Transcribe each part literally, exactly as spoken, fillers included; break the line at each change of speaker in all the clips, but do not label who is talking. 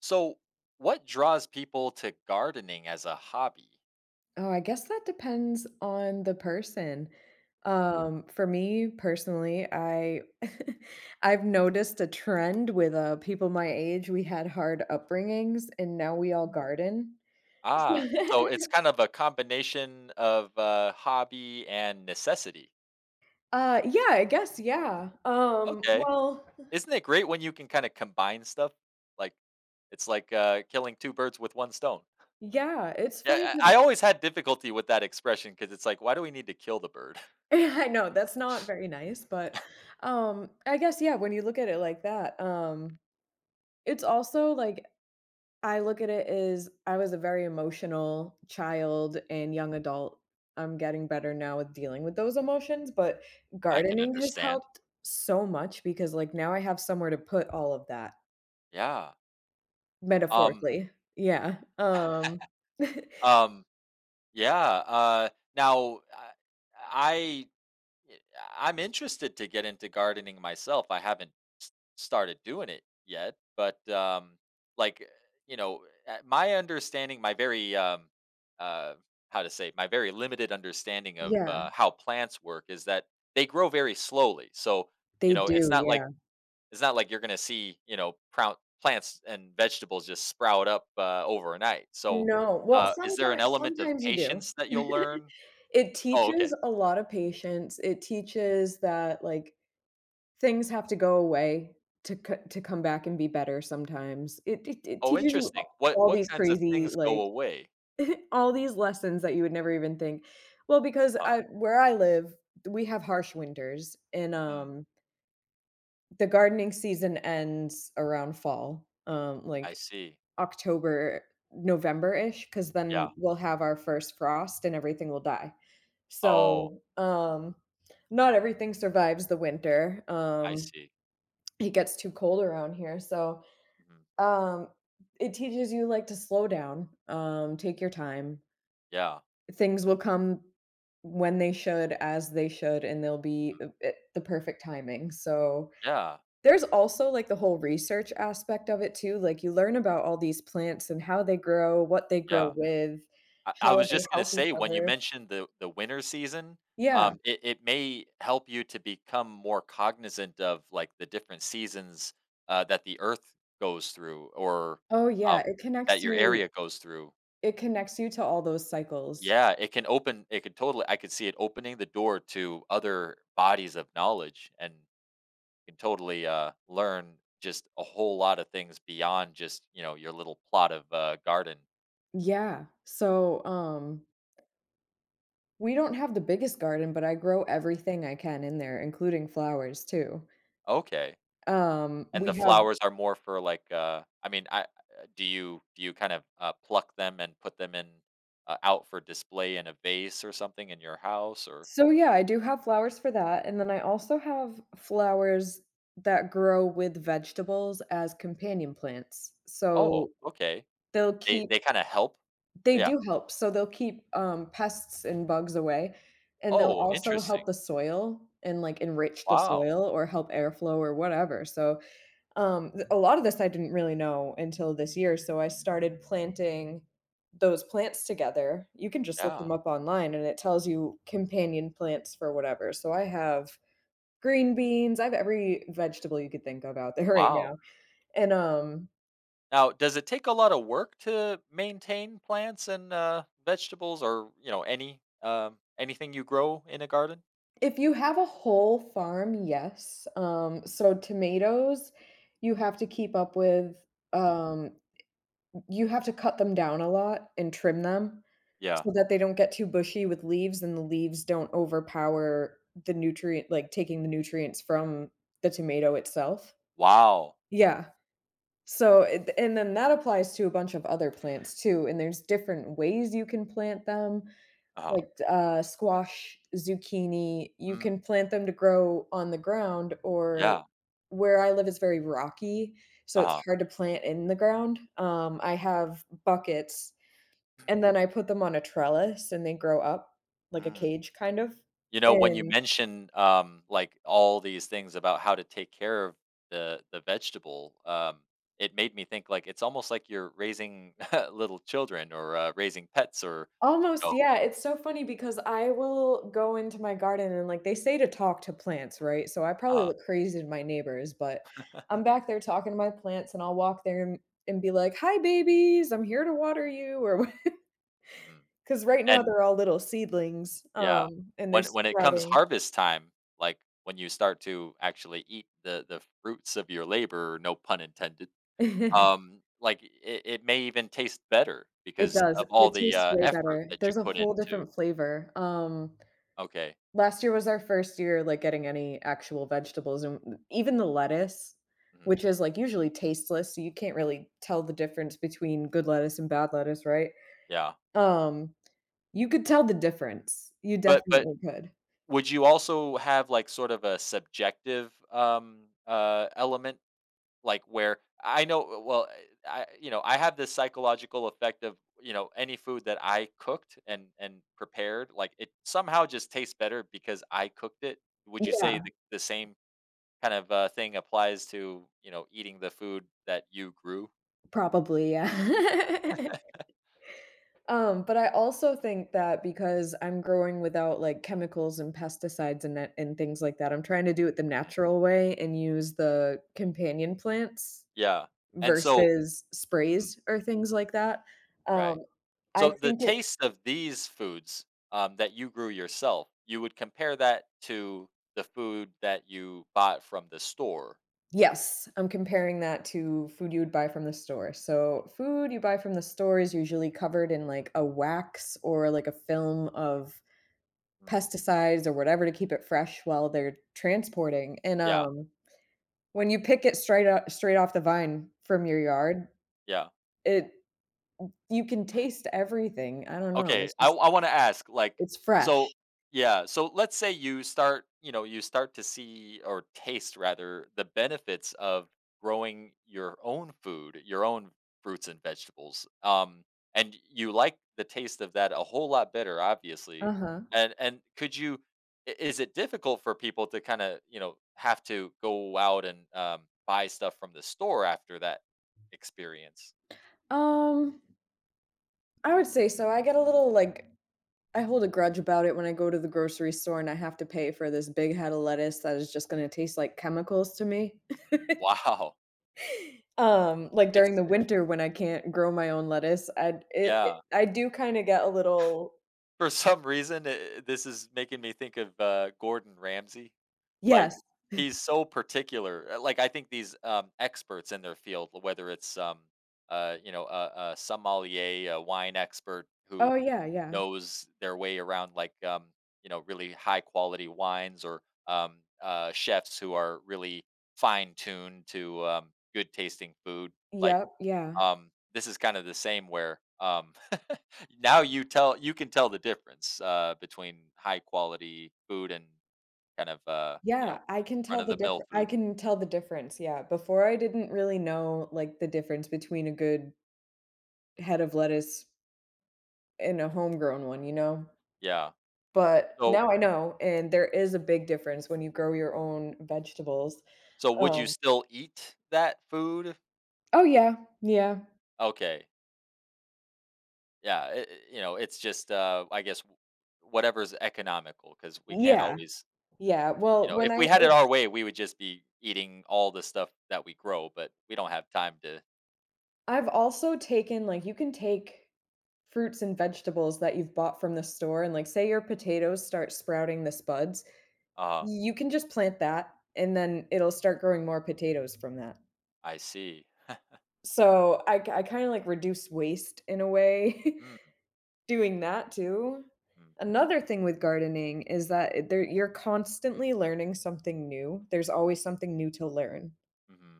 So, what draws people to gardening as a hobby?
Oh, I guess that depends on the person. Mm. Um, for me personally, I I've noticed a trend with uh, people my age. We had hard upbringings, and now we all
Mhm.
garden.
Ah, so it's kind of a combination of uh, hobby and necessity.
uh, yeah, I guess yeah. Um,
Okay,
well,
isn't it great when you can kind of combine stuff? Like, it's like uh, killing two birds with one stone.
yeah, it's
Yeah,
funny because
I I always had difficulty with that expression because it's like, why do we need to kill the bird?
I know that's not very nice, but um, I guess yeah. When you look at it like that, um, it's also like I look at it as I was a very emotional child and young adult. I'm getting better now with dealing with those emotions, but
I can
gardening has
understand.
helped so much because like now I have somewhere to put all of that
Yeah. Um.
metaphorically. Yeah. Um
Um. Yeah. Uh. Now, I I yeah, I'm interested to get into gardening myself. I haven't s- started doing it yet, but um, like eh, you know, uh, my understanding, my very um, uh, how to say, my very limited understanding of
Yeah,
uh, how plants work is that they grow very slowly. So you
they
know, it's
do,
not like
yeah.
it's not like you're going to see you know prout, plants and vegetables just sprout up uh, overnight. So
No. Well,
uh, is there an
sometimes
element of
sometimes you do.
patience that you'll learn?
It
Oh,
teaches
okay.
a lot of patience. It teaches that like Things have to go away to co to come back and be better sometimes. It it it
Oh,
teaches you a
interesting. What
all
what
these
kinds of
crazy,
things go
like,
away?
all these lessons that you would never even think. Well, because
Huh.
I where I live, we have harsh winters, and,
Mm,
um, the gardening season ends around fall, um,
I
like,
see.
October, November-ish, ish, because then
Yeah.
we'll have our first frost and everything will die.
Oh,
So, um, not everything survives the winter,
I
um,
see.
it gets too cold around here, so,
Mhm.
um, it teaches you, like, to slow down, um, take your time.
Yeah.
Things will come when they should, as they should, and they'll
Mhm.
be uh, at the perfect timing, so
Yeah.
there's also, like, the whole research aspect of it too, like, you learn about all these plants and how they grow, what they grow
Yeah.
with,
I I
how
was
they
just gonna
help each
say when you
other.
mentioned the the winter season,
Yeah.
um, it it may help you to become more cognizant of, like, the different seasons, uh, that the Earth goes through, or
Oh,
um,
yeah, it
that
connects
your
you
area goes through.
it connects you to all those cycles.
Yeah, it can open it could totally, I could see it opening the door to other bodies of knowledge, and can totally uh, learn just a whole lot of things beyond just you know your little plot of uh, garden.
Yeah. So, um we don't have the biggest garden, but I grow everything I can in there, including flowers too.
Okay,
Um,
and the
we have
flowers are more for like. Uh, I mean, I uh, do you do you kind of uh, pluck them and put them in uh, out for display in a vase or something in your house or?
So yeah, I do have flowers for that, and then I also have flowers that grow with vegetables as companion plants.
Oh,
So
okay.
they'll
They
keep
they kind of help.
they
Yeah.
do help, so they'll keep, um, pests and bugs away, and they'll
Oh,
also
interesting.
help the soil and, like, enrich the
Wow.
soil or help airflow or whatever, so Um, th- a lot of this I didn't really know until this year, so I started planting those plants together. You can just look them
Yeah.
up online and it tells you companion plants for whatever. So I have green beans, I have every vegetable you could think of out there right
Wow.
now. And um
Now, does it take a lot of work to maintain plants and uh, vegetables, or you know, any um, anything you grow in a garden?
If you have a whole farm, yes. Um so tomatoes you have to keep up with
Hmm.
um you have to cut them down a lot and trim them
Yeah.
so that they don't get too bushy with leaves and the leaves don't overpower the nutrient like, taking the nutrients from the tomato itself.
Wow.
Yeah. So, it and then that applies to a bunch of other plants too, and there's different ways you can plant them,
Uh huh.
like, uh, squash, zucchini, you
Mm.
can plant them to grow on the ground or
Yeah.
where I live is very rocky, so
Uh
it's
huh.
hard to plant in the ground. Um, I have buckets and then I put them on a trellis and they grow up, like a
Mm.
cage kind of,
You know, when you
and
mention um, like all these things about how to take care of the the vegetable, um, it made me think like it's almost like you're raising little children, or uh, raising pets, or
almost,
oh,
yeah, it's so funny because I will go into my garden and, like, they say to talk to plants, right? So I probably
uh,
look crazy to my neighbors, but I'm back there talking to my plants and I'll walk there and and be like, "Hi, babies, I'm here to water you," or because
mhm.
right now they're all little seedlings,
Yeah.
um, and they're
When when it comes
sprouting.
harvest time, like, when you start to actually eat the the fruits of your labor, no pun intended, um, like, it it may even taste better
It
because
does,
of all
it
the
tastes
uh,
way
effort
better.
that you
There's a
put
whole
into.
different flavor, um
Okay.
last year was our first year, like, getting any actual vegetables and even the lettuce,
Mhm.
which is, like, usually tasteless, so you can't really tell the difference between good lettuce and bad lettuce, right?
Yeah.
Um, you could tell the difference. You
But but
definitely could.
would you also have, like, sort of a subjective, um, uh, element. Like where I know, well, I you know, I have this psychological effect of, you know, any food that I cooked and and prepared, like it somehow just tastes better because I cooked it. Would you say
Yeah,
the, the same kind of uh, thing applies to, you know, eating the food that you grew?
probably, yeah. Um, but I also think that because I'm growing without, like, chemicals and pesticides and that and things like that, I'm trying to do it the
Mm.
natural way and use the companion plants.
Yeah. And so,
Versus
mhm,
sprays or things like that. Um,
right.
I
So the
think it
taste of these foods, um, that you grew yourself, you would compare that to the food that you bought from the store.
Yes, I'm comparing that to food you would buy from the store. So, food you buy from the store is usually covered in, like, a wax or, like, a film of
Mm.
pesticides or whatever to keep it fresh while they're transporting, and,
Yeah,
um, when you pick it straight up straight off the vine from your yard,
yeah.
it you can taste everything. I don't know, it's
Okay, I
just
I wanna ask, like
it's
so
fresh.
yeah, so let's say you start, you know, you start to see, or taste rather, the benefits of growing your own food, your own fruits and vegetables, um, and you like the taste of that a whole lot better, obviously,
Uh-huh.
and and could you, I is it difficult for people to kinda, you know, have to go out and um, buy stuff from the store after that experience?
Um, I would say so. I get a little, like, I hold a grudge about it when I go to the grocery store and I have to pay for this big head of lettuce that is just gonna taste like chemicals to me.
Wow,
Um, like during
it's
the winter when I can't grow my own lettuce, I'd it it
yeah.
I do kinda get a little
For some reason, eh, this is making me think of uh, Gordon Ramsay.
yes.
Like, he's so particular, uh, like, I think these um, experts in their field, whether it's um, uh, you know, a a sommelier, a wine expert
Oh,
who
yeah, yeah.
knows their way around, like, um, you know, really high quality wines, or um, uh, chefs who are really fine tuned to um, good tasting food, like,
Yep, yeah.
um, this is kinda the same where, um. Now you tell you can tell the difference, uh, between high quality food and kind of uh, you
Yeah,
know,
I can
run
tell
of
the
the mill
differ I
food.
can tell the difference, yeah. Before I didn't really know, like, the difference between a good head of lettuce and a homegrown one, you know?
Yeah.
But
So
now I know, and there is a big difference when you grow your own vegetables.
so would you
Um
still eat that food?
Oh, yeah, yeah.
Okay. Yeah, I I you know, it's just uh, I guess w whatever's economical, because we can't
Yeah,
always,
yeah.
you
Well,
know,
when
if we
I
had it our
it's
way, we would just be eating all the stuff that we grow, but we don't have time to
I've also taken like, you can take fruits and vegetables that you've bought from the store and, like, say your potatoes start sprouting the spuds,
uh
you can just plant that, and then it'll start growing more potatoes from that.
I see.
So I I k I kinda, like, reduce waste in a way
Mm,
doing that too.
mm,
Another thing with gardening is that it there you're constantly learning something new. There's always something new to learn.
mhm.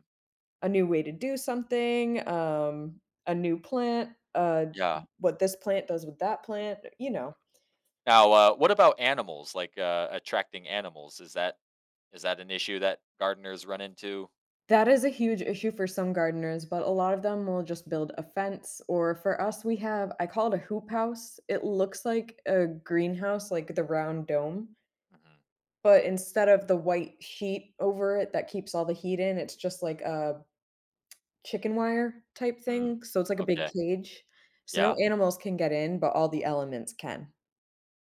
A new way to do something, um, a new plant, uh,
Yeah.
what this plant does with that plant, you know.
Now, uh, what about animals? Like uh, attracting animals, is that is that an issue that gardeners run into?
That is a huge issue for some gardeners, but a lot of them will just build a fence, or for us, we have I call it a hoop house. It looks like a greenhouse, like the round dome,
Hmm.
but instead of the white sheet over it that keeps all the heat in, it's just like a chicken wire type
Mm.
thing, so it's like a big
Okay,
cage. So no
yeah,
animals can get in, but all the elements can.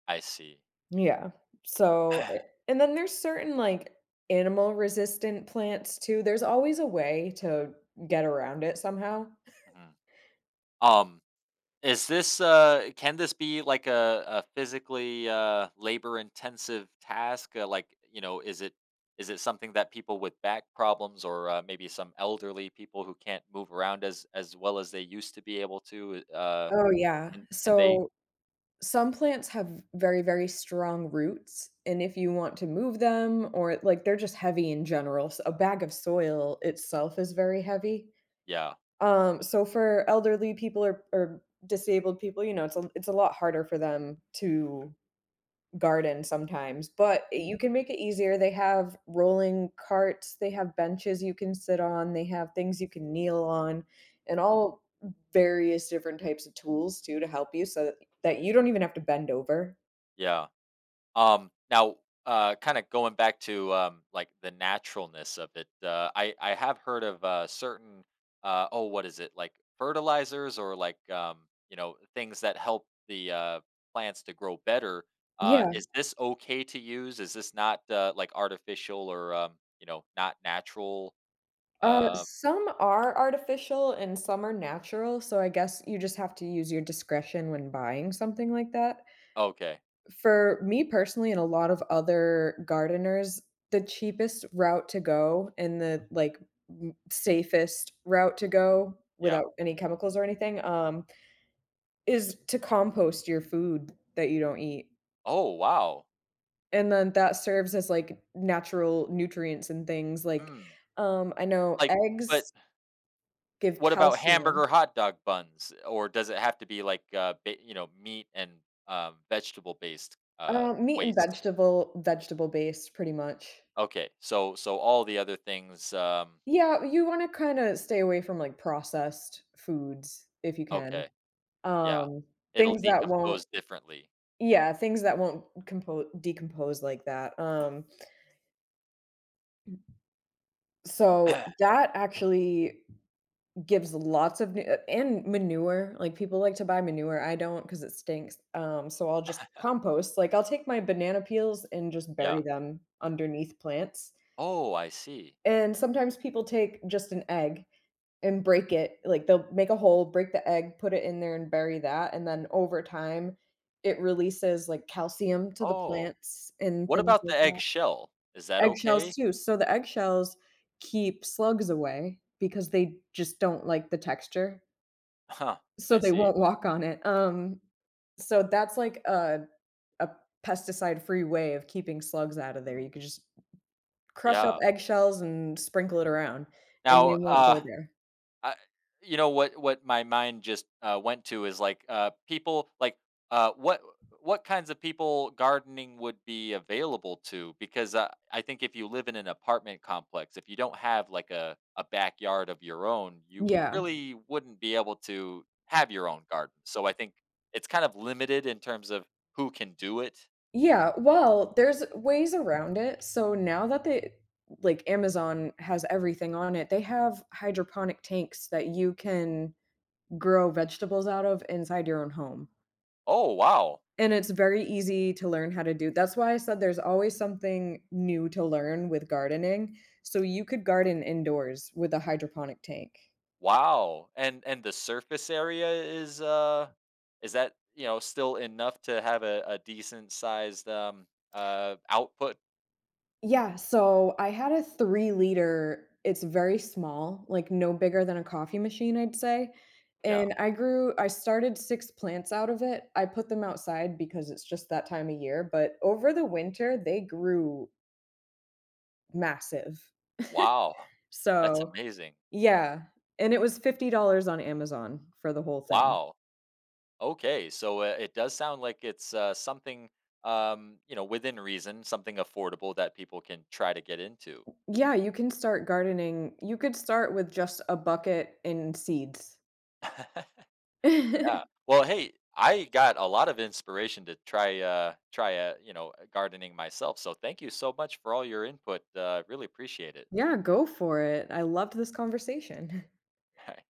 I see.
Yeah. So a And then there's certain, like, animal resistant plants too. There's always a way to get around it somehow.
Mhm. Um, is this uh, can this be like a, a physically uh, labor intensive task? Uh, like you know, is it is it something that people with back problems, or uh, maybe some elderly people who can't move around as as well as they used to be able to? Uh,
Oh, yeah.
can, can they?
So some plants have very, very strong roots, and if you want to move them or like, they're just heavy in general, so a bag of soil itself is very heavy.
Yeah.
Um, so for elderly people or or disabled people, you know, it's a it's a lot harder for them to garden sometimes, but
Mm,
you can make it easier. They have rolling carts, they have benches you can sit on, they have things you can kneel on, and
mhm.
all various different types of tools too to help you so that that you don't even have to bend over.
Yeah. Um, now, uh, kind of going back to um, like the naturalness of it, uh, I I have heard of uh, certain uh, oh, what is it, like fertilizers or like um, you know, things that help the uh, plants to grow better. Uh,
Yeah,
is this okay to use? Is this not uh, like artificial, or um, you know, not natural?
uh,
Uh,
some are artificial and some are natural, so I guess you just have to use your discretion when buying something like that.
okay,
For me personally and a lot of other gardeners, the cheapest route to go and the, like, m safest route to go
yeah.
without any chemicals or anything, um, is to compost your food that you don't eat,
Oh wow.
and then that serves as, like, natural nutrients and things, like,
Hmm.
um, I know
Like, but
eggs give
what about
calcium.
hamburger hot dog buns, or does it have to be like, uh, ba you know, meat and, um, vegetable-based, uh,
Uh, meat and
waste?
vegetable vegetable-based pretty much.
Okay, so so all the other things, um,
Yeah, you wanna kinda stay away from, like, processed foods if you can.
okay, yeah.
Um,
It'll
things that won't
decompose differently.
Yeah, things that won't compo decompose like that. Um, so that actually gives lots of nu uh, and manure, like, people like to buy manure, I don't not because it stinks. Um, so I'll just compost, like, I'll take my banana peels and just
Yeah.
bury them underneath plants,
Oh, I see.
and sometimes people take just an egg and break it. Like they'll make a hole, break the egg, put it in there and bury that, and then over time, it releases, like, calcium to the
Oh,
plants and
what
things
about the
like that.
eggshell? Is that
Eggshells
okay?
too. So the eggshells keep slugs away because they just don't like the texture,
Huh,
so
I
they
see.
won't walk on it. Um, so that's like a a pesticide-free way of keeping slugs out of there.
Mm,
You could just crush up
yeah,
eggshells and sprinkle
mm.
it around, and they
Now,
won't
uh
go there.
I you know, what what my mind just uh, went to is, like, uh, people, like, uh, what what kinds of people gardening would be available to? Because, uh, I think if you live in an apartment complex, if you don't have, like, a a backyard of your own, you
Yeah.
really wouldn't be able to have your own garden, so I think it's kind of limited in terms of who can do it.
Yeah, well, there's ways around it. So now that they like Amazon has everything on it, they have hydroponic tanks that you can grow vegetables out of inside your own home.
Oh, wow.
And it's very easy to learn how to do. That's why I said there's always something new to learn with gardening. So you could garden indoors with a hydroponic tank.
Wow, and and the surface area is, uh is that, you know, still enough to have a a decent sized, um, uh, output?
Yeah, so I had a three liter. It's very small, like no bigger than a coffee machine, I'd say,
Yeah.
and I grew I started six plants out of it. I put them
Mm.
outside because it's just that time of year, but over the winter, they grew massive.
Wow, that's
So,
amazing.
yeah, and it was fifty dollars on Amazon for the whole thing.
Wow, okay, so, uh, it does sound like it's, uh, something, um, you know, within reason, something affordable that people can try to get into.
Yeah, you can start gardening. You could start with just a bucket and seeds.
Yeah. Well, hey, I got a lot of inspiration to try uh try uh, you know, gardening myself. So thank you so much for all your input. Uh really appreciate it.
Yeah, go for it. I loved this conversation.
All right.